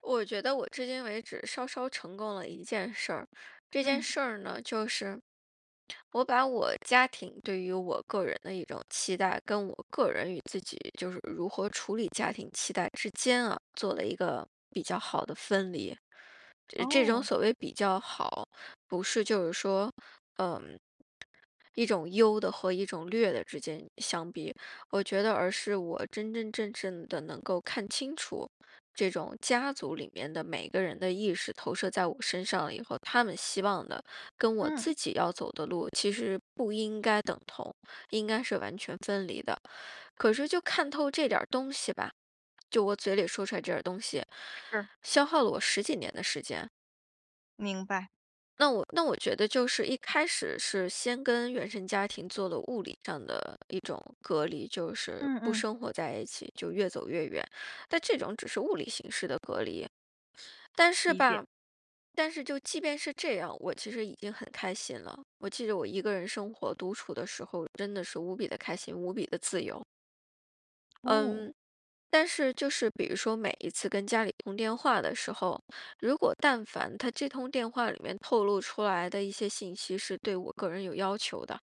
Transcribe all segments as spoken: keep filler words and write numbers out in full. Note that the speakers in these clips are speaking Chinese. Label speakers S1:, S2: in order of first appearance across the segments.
S1: 我觉得我至今为止稍稍成功了一件事儿，这件
S2: 嗯，
S1: 事儿呢，就是我把我家庭对于我个人的一种期待，跟我个人与自己就是如何处理家庭期待之间啊，做了一个比较好的分离。这这种
S2: 哦，
S1: 所谓比较好，不是就是说，嗯，一种优的和一种劣的之间相比，我觉得而是我真真正正的能够看清楚这种家族里面的每个人的意识投射在我身上了以后，他们希望的跟我
S2: 嗯。
S1: 自己要走的路其实不应该等同，应该是完全分离的。可是就看透这点儿东西吧，就我嘴里说出来这点儿东西，
S2: 是，
S1: 消耗了我十几年的时间。
S2: 明白，
S1: 那我那我觉得就是一开始是先跟原生家庭做了物理上的一种隔离，就是
S2: 嗯
S1: 不
S2: 嗯。
S1: 生活在一起，就越走越远。但这种只是物理形式的隔离，但是
S2: 理解。
S1: 吧，但是就即便是这样，我其实已经很开心了。我记得我一个人生活独处的时候，真的是无比的开心，无比的自由。
S2: 哦，
S1: 但是就是比如说每一次跟家里通电话的时候，如果但凡他这通电话里面透露出来的一些信息是对我个人有要求的，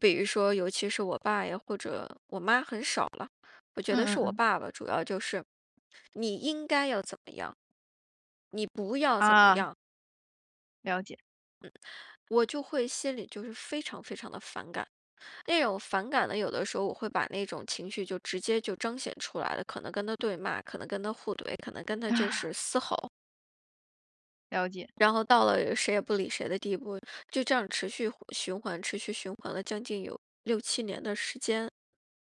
S1: 比如说尤其是我爸呀或者我妈很少了，我觉
S2: 嗯
S1: 得是
S2: 嗯
S1: 我
S2: 嗯。
S1: 爸爸主要就是你应该要怎么样，你不要怎么
S2: 啊，
S1: 样，
S2: 了解，
S1: 我就会心里就是非常非常的反感。那种反感呢，有的时候我会把那种情绪就直接就彰显出来了，可能跟他对骂，可能跟他互怼，可能跟他就是
S2: 啊
S1: 嘶吼，
S2: 了解，
S1: 然后到了谁也不理谁的地步，就这样持续循环，持续循环了将近有六七年的时间。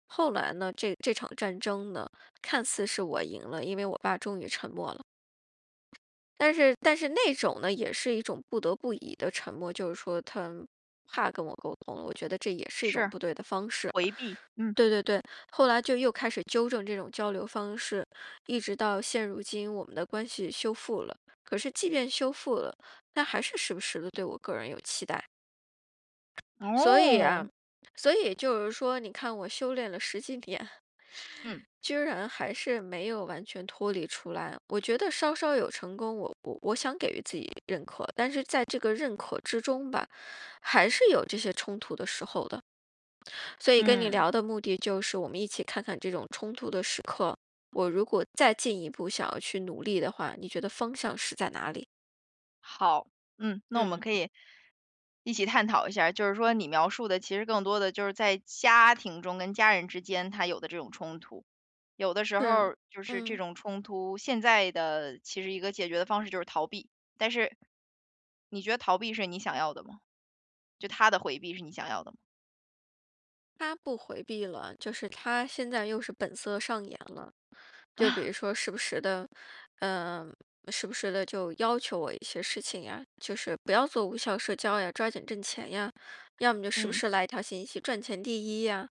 S1: 后来呢，这这场战争呢，看似是我赢了，因为我爸终于沉默了。但是，但是那种呢，也是一种不得不已的沉默，就是说他怕跟我沟通了。我觉得这也是一种
S2: 是，
S1: 不对的方式。
S2: 回避，嗯，
S1: 对对对，后来就又开始纠正这种交流方式，一直到现如今我们的关系修复了。可是即便修复了，他还是时不时的对我个人有期待。所以
S2: 哦，
S1: 啊，所以就是说，你看我修炼了十几年，
S2: 嗯，
S1: 居然还是没有完全脱离出来。我觉得稍稍有成功，我我我想给予自己认可，但是在这个认可之中吧，还是有这些冲突的时候的。所以跟你
S2: 嗯，
S1: 聊的目的就是我们一起看看这种冲突的时刻，我如果再进一步想要去努力的话，你觉得方向是在哪里？
S2: 好，嗯，那我们
S1: 嗯，
S2: 可以一起探讨一下儿，就是说你描述的其实更多的就是在家庭中跟家人之间他有的这种冲突。有的时候
S1: 是，
S2: 儿就是这
S1: 嗯，
S2: 种冲突，现在的其实一个解决的方式就是逃避，但是你觉得逃避是你想要的吗？就他的回避是你想要的吗？
S1: 他不回避了，就是他现在又是本色上演了，就比 如说时不时的，嗯、时不时的就要求我一些事情呀，就是不要做无效社交呀，抓紧挣钱呀，要么就时不
S2: 嗯，
S1: 时来一条信息赚钱第一呀，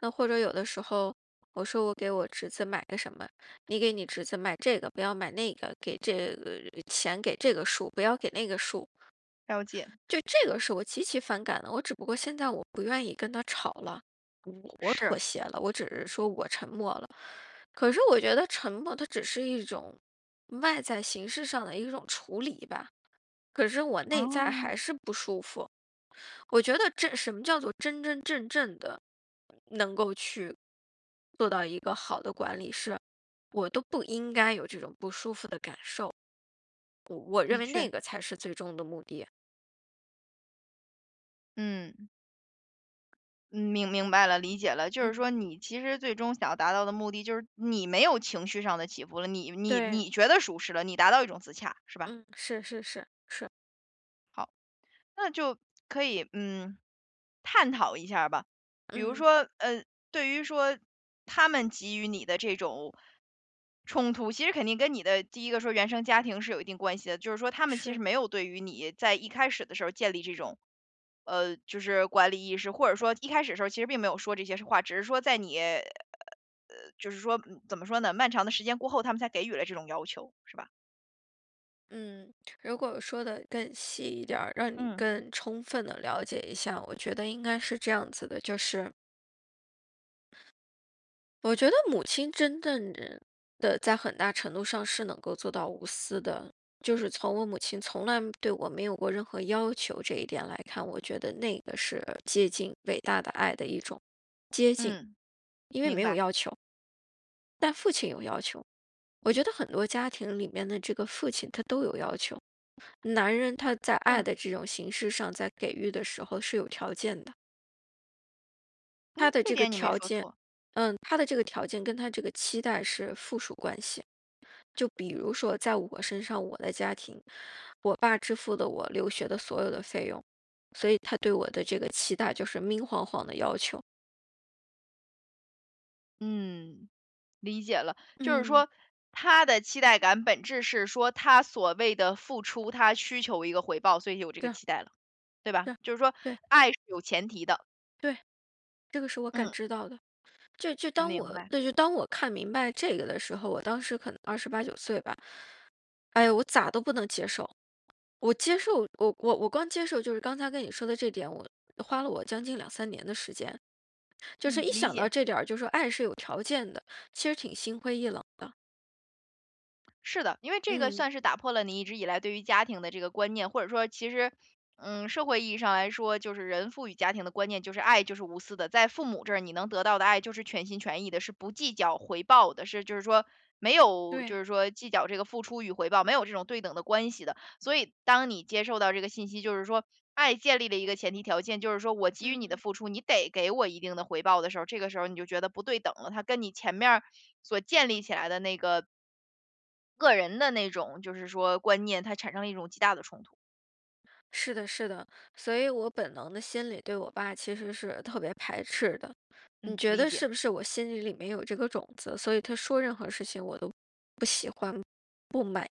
S1: 那或者有的时候，我说我给我侄子买个什么，你给你侄子买这个，不要买那个，给这个钱给这个数，不要给那个数。
S2: 了解，
S1: 就这个是我极其反感的，我只不过现在我不愿意跟他吵了，我我妥
S2: 是，
S1: 协了，我只是说我沉默了。可是我觉得沉默它只是一种外在形式上的一种处理吧，可是我
S2: 啊，
S1: 内在还是不舒服。我觉得这什么叫做真真正正的能够去做到一个好的管理，是我都不应该有这种不舒服的感受。我我认
S2: 的
S1: 为
S2: 确，
S1: 那个才是最终的目的。
S2: 嗯，嗯明明白了，理解了。就是
S1: 嗯，
S2: 说你其实最终想要达到的目的，就是你没有情绪上的起伏了，你你
S1: 对，
S2: 你觉得舒适了，你达到一种自洽，是吧？
S1: 嗯，是是是是，
S2: 好。那就可以，嗯，探讨一下儿吧。比如
S1: 嗯，
S2: 说，呃，对于说他们给予你的这种冲突，其实肯定跟你的第一个说原生家庭是有一定关系的，就是说他们其实
S1: 是，
S2: 没有对于你在一开始的时候建立这种，呃，就是管理意识，或者说一开始的时候其实并没有说这些话，只是说在你，呃，就是说嗯怎么说呢，漫长的时间过后，他们才给予了这种要求，是吧？
S1: 嗯，如果说的更细一点儿，让你
S2: 嗯
S1: 更充分的了解一下，我觉得应该是这样子的，就是我觉得母亲真正的的在很大程度上是能够做到无私的，就是从我母亲从来对我没有过任何要求这一点来看，我觉得那个是接近伟大的爱的一种接近，
S2: 嗯，
S1: 因为
S2: 明
S1: 没有
S2: 白，
S1: 要求，但父亲有要求。我觉得很多家庭里面的这个父亲他都有要求，男人他在
S2: 是，
S1: 爱的这种形式上，在给予的时候是有条件的，
S2: 嗯，
S1: 他的
S2: 这
S1: 这个
S2: 点你没
S1: 条
S2: 说
S1: 件，
S2: 错。
S1: 嗯，他的这个条件跟他这个期待是附属关系。就比如说在我身上，我的家庭，我爸支付了我留学的所有的费用，所以他对我的这个期待就是明晃晃的要求。
S2: 嗯，理解了。就是
S1: 嗯，
S2: 说，他的期待感本质是说他所谓的付出，他需求一个回报，所以有这
S1: 是
S2: 个
S1: 啊
S2: 期待了，对吧？
S1: 是啊，
S2: 就是说，
S1: 对
S2: 爱是有前提的。
S1: 对，这个是我感
S2: 嗯，
S1: 知到的。就就当
S2: 明
S1: 我
S2: 白。
S1: 对，就当我看明白这个的时候，我当时可能二十八九岁吧，哎呀，我咋都不能接受。我接受，我我我光接受就是刚才跟你说的这点，我花了我将近两三年的时间，就是
S2: 嗯，
S1: 一
S2: 理
S1: 想到
S2: 解。
S1: 这点儿，就说爱是有条件的，其实挺心灰意冷的。
S2: 是的，因为这个
S1: 嗯，
S2: 算是打破了你一直以来对于家庭的这个观念，或者说其实，嗯，社会意义上来说，就是人赋予家庭的观念就是爱就是无私的，在父母这儿你能得到的爱就是全心全意的，是不计较回报的，是就是说没有就
S1: 对，
S2: 是说计较这个付出与回报，没有这种对等的关系的。所以当你接受到这个信息，就是说爱建立了一个前提条件，就是说我给予你的
S1: 嗯，
S2: 付出，你得给我一定的回报的时候，这个时候你就觉得不对等了，它跟你前面儿所建立起来的那个，个人的那种就是说观念，它产生了一种极大的冲突。
S1: 是的，是的，所以我本能的心里对我爸其实是特别排斥的。你
S2: 嗯，
S1: 觉
S2: 理
S1: 得
S2: 解。
S1: 是不是我心里里面有这个种子，所以他说任何事情我都不喜欢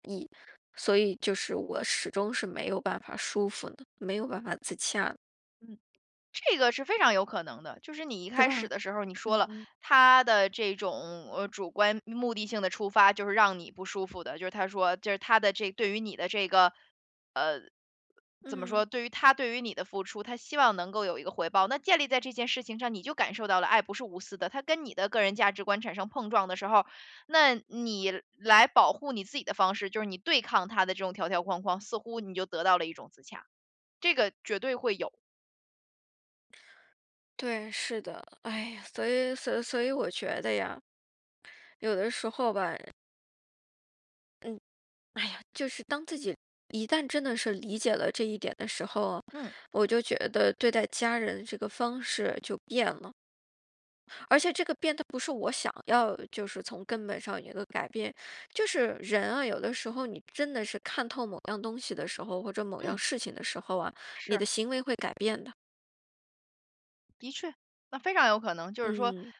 S1: 不意，所以就是我始终是没有办法舒服的，没有办法自洽的
S2: 嗯，这个是非常有可能的。就是你一
S1: 是
S2: 开始
S1: 吧？
S2: 的时候，你说了
S1: 嗯
S2: 他的这种呃主观目的性的出发，就是让你不舒服的，就是他说，就是他的这对于你的这个怎么
S1: 嗯，
S2: 说，对于他对于你的付出，他希望能够有一个回报。那建立在这件事情上，你就感受到了爱不是无私的，他跟你的个人价值观产生碰撞的时候，那你来保护你自己的方式，就是你对抗他的这种条条框框，似乎你就得到了一种自洽，这个绝对会有。
S1: 对，是的，哎呀，所以，所以所以我觉得呀，有的时候吧。嗯。哎呀，就是当自己一旦真的是理解了这一点的时候，
S2: 嗯
S1: 我就觉得对待家人的这个方式就变了，而且这个变它不是我想要，就是从根本上有一个改变，就是人啊，有的时候你真的是看透某样东西的时候，或者某样
S2: 嗯，
S1: 事情的时候啊，你
S2: 是。
S1: 的行为会改变的。
S2: 的确，那非常有可能，就是说，
S1: 嗯，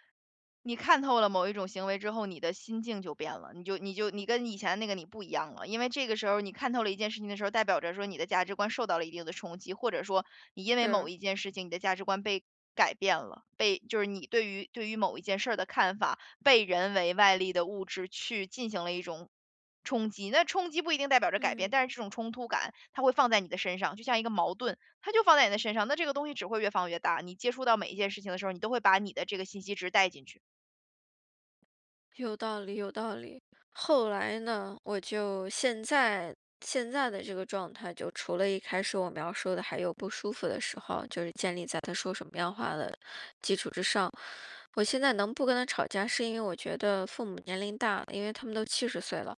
S2: 你看透了某一种行为之后，你的心境就变了，你就你就你跟以前那个你不一样了，因为这个时候你看透了一件事情的时候，代表着说你的价值观受到了一定的冲击，或者说你因为某
S1: 是，
S2: 一件事情，你的价值观被改变了，被就是你对于对于某一件事儿的看法被人为外力的物质去进行了一种冲击，那冲击不一定代表着改变，
S1: 嗯。
S2: 但是这种冲突感它会放在你的身上，就像一个矛盾，它就放在你的身上，那这个东西只会越放越大。你接触到每一件事情的时候，你都会把你的这个信息值带进去。
S1: 有道理，有道理。后来呢，我就现在现在的这个状态，就除了一开始我描述的还有不舒服的时候，就是建立在他说什么样话的基础之上。我现在能不跟他吵架，是因为我觉得父母年龄大了，因为他们都七十岁了，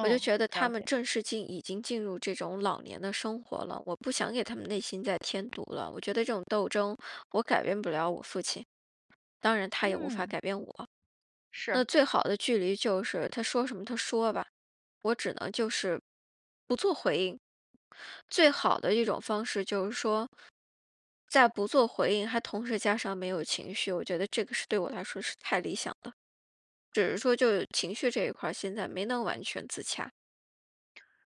S1: 我就觉得他
S2: 了
S1: 们
S2: 解，
S1: 正式进已经进入这种老年的生活了，我不想给他们内心再添堵了。我觉得这种斗争，我改变不了我父亲，当然他也无法
S2: 嗯，
S1: 改变我。
S2: 是，
S1: 那最好的距离就是他说什么他说吧，我只能就是不做回应。最好的一种方式就是说，在不做回应还同时加上没有情绪，我觉得这个是对我来说是太理想的。只是说就情绪这一块儿现在没能完全自洽。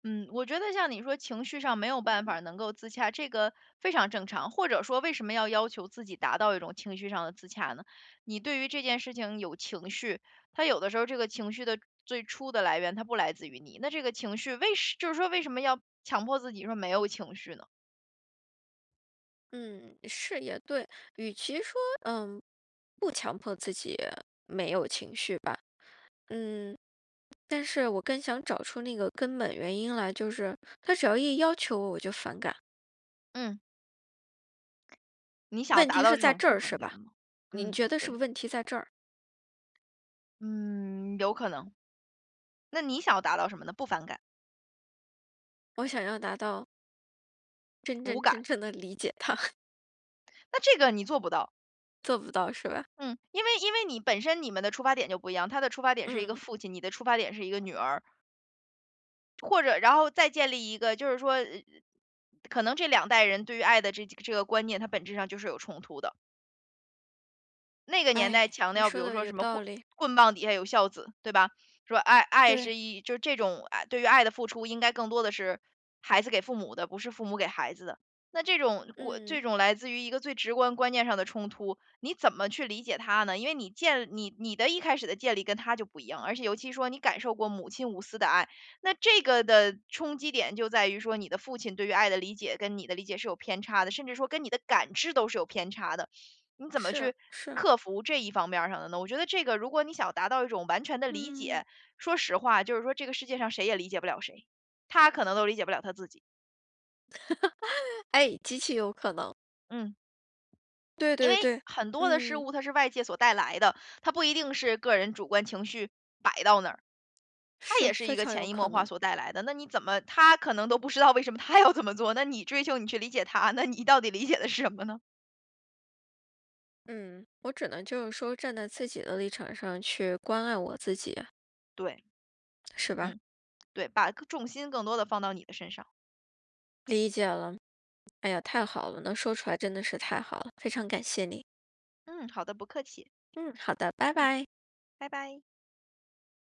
S2: 嗯，我觉得像你说情绪上没有办法能够自洽，这个非常正常。或者说，为什么要要求自己达到一种情绪上的自洽呢？你对于这件事情有情绪，它有的时候这个情绪的最初的来源，它不来自于你。那这个情绪为什，就是说为什么要强迫自己说没有情绪呢？
S1: 嗯，是也对，与其说嗯不强迫自己没有情绪吧，嗯，但是我更想找出那个根本原因来，就是他只要一要求我，我就反感。
S2: 嗯，你想要
S1: 问
S2: 达
S1: 题
S2: 到
S1: 是
S2: 这
S1: 在
S2: 种
S1: 这
S2: 不
S1: 儿
S2: 反
S1: 是
S2: 感
S1: 吧？
S2: 吗？
S1: 你
S2: 嗯，
S1: 觉得是
S2: 对。
S1: 不是问题在这儿？
S2: 嗯，有可能。那你想要达到什么呢？不反感、
S1: 我想要达到真
S2: 无
S1: 正
S2: 感，
S1: 真正的理解他，
S2: 那这个你做不到。
S1: 做不到是吧？
S2: 嗯，因为因为你本身你们的出发点就不一样，他的出发点是一个
S1: 嗯，
S2: 父亲，你的出发点是一个女儿，或者然后再建立一个，就是说，呃可能这两代人对于爱的这这个观念，它本质上就是有冲突的。那个年代
S1: 哎，
S2: 强
S1: 你
S2: 调，比
S1: 说
S2: 如
S1: 的
S2: 说
S1: 有
S2: 什么
S1: 道
S2: 棍
S1: 理。
S2: 棍棒底下有孝子，对吧？说爱爱
S1: 对，
S2: 是一就这种爱对于爱的付出，应该更多的是孩子给父母的，不是父母给孩子的。那这种过
S1: 嗯，
S2: 这种来自于一个最直观观念上的冲突，你怎么去理解它呢？因为你建你你的一开始的建立跟他就不一样，而且尤其说你感受过母亲无私的爱，那这个的冲击点就在于说你的父亲对于爱的理解跟你的理解是有偏差的，甚至说跟你的感知都是有偏差的。你怎么
S1: 是
S2: 去
S1: 是，
S2: 克服这一方面儿上的呢？我觉得这个如果你想达到一种完全的理
S1: 嗯，
S2: 解，说实话，就是说这个世界上谁也理解不了谁，他可能都理解不了他自己。
S1: 哎，极其有可能。
S2: 嗯，
S1: 对
S2: 因
S1: 对
S2: 为
S1: 对，
S2: 很多的事
S1: 嗯，
S2: 物它是外界所带来的，它不一定是个人主观情绪摆到那儿，它
S1: 是
S2: 也是一
S1: 非
S2: 个
S1: 常
S2: 潜
S1: 有
S2: 移
S1: 可
S2: 默化
S1: 能。
S2: 所带来的。那你怎么他可能都不知道为什么他要这么做，那你追求你去理解他，那你到底理解的是什么呢？
S1: 嗯，我只能就是说站在自己的立场上去关爱我自己，
S2: 对，
S1: 是吧？
S2: 嗯，对，把重心更多的放到你的身上。
S1: 理解了。哎呀，太好了，能说出来真的是太好了，非常感谢你。
S2: 嗯，好的，不客气。
S1: 嗯，好的，拜
S2: 嗯，
S1: 拜。
S2: 拜拜。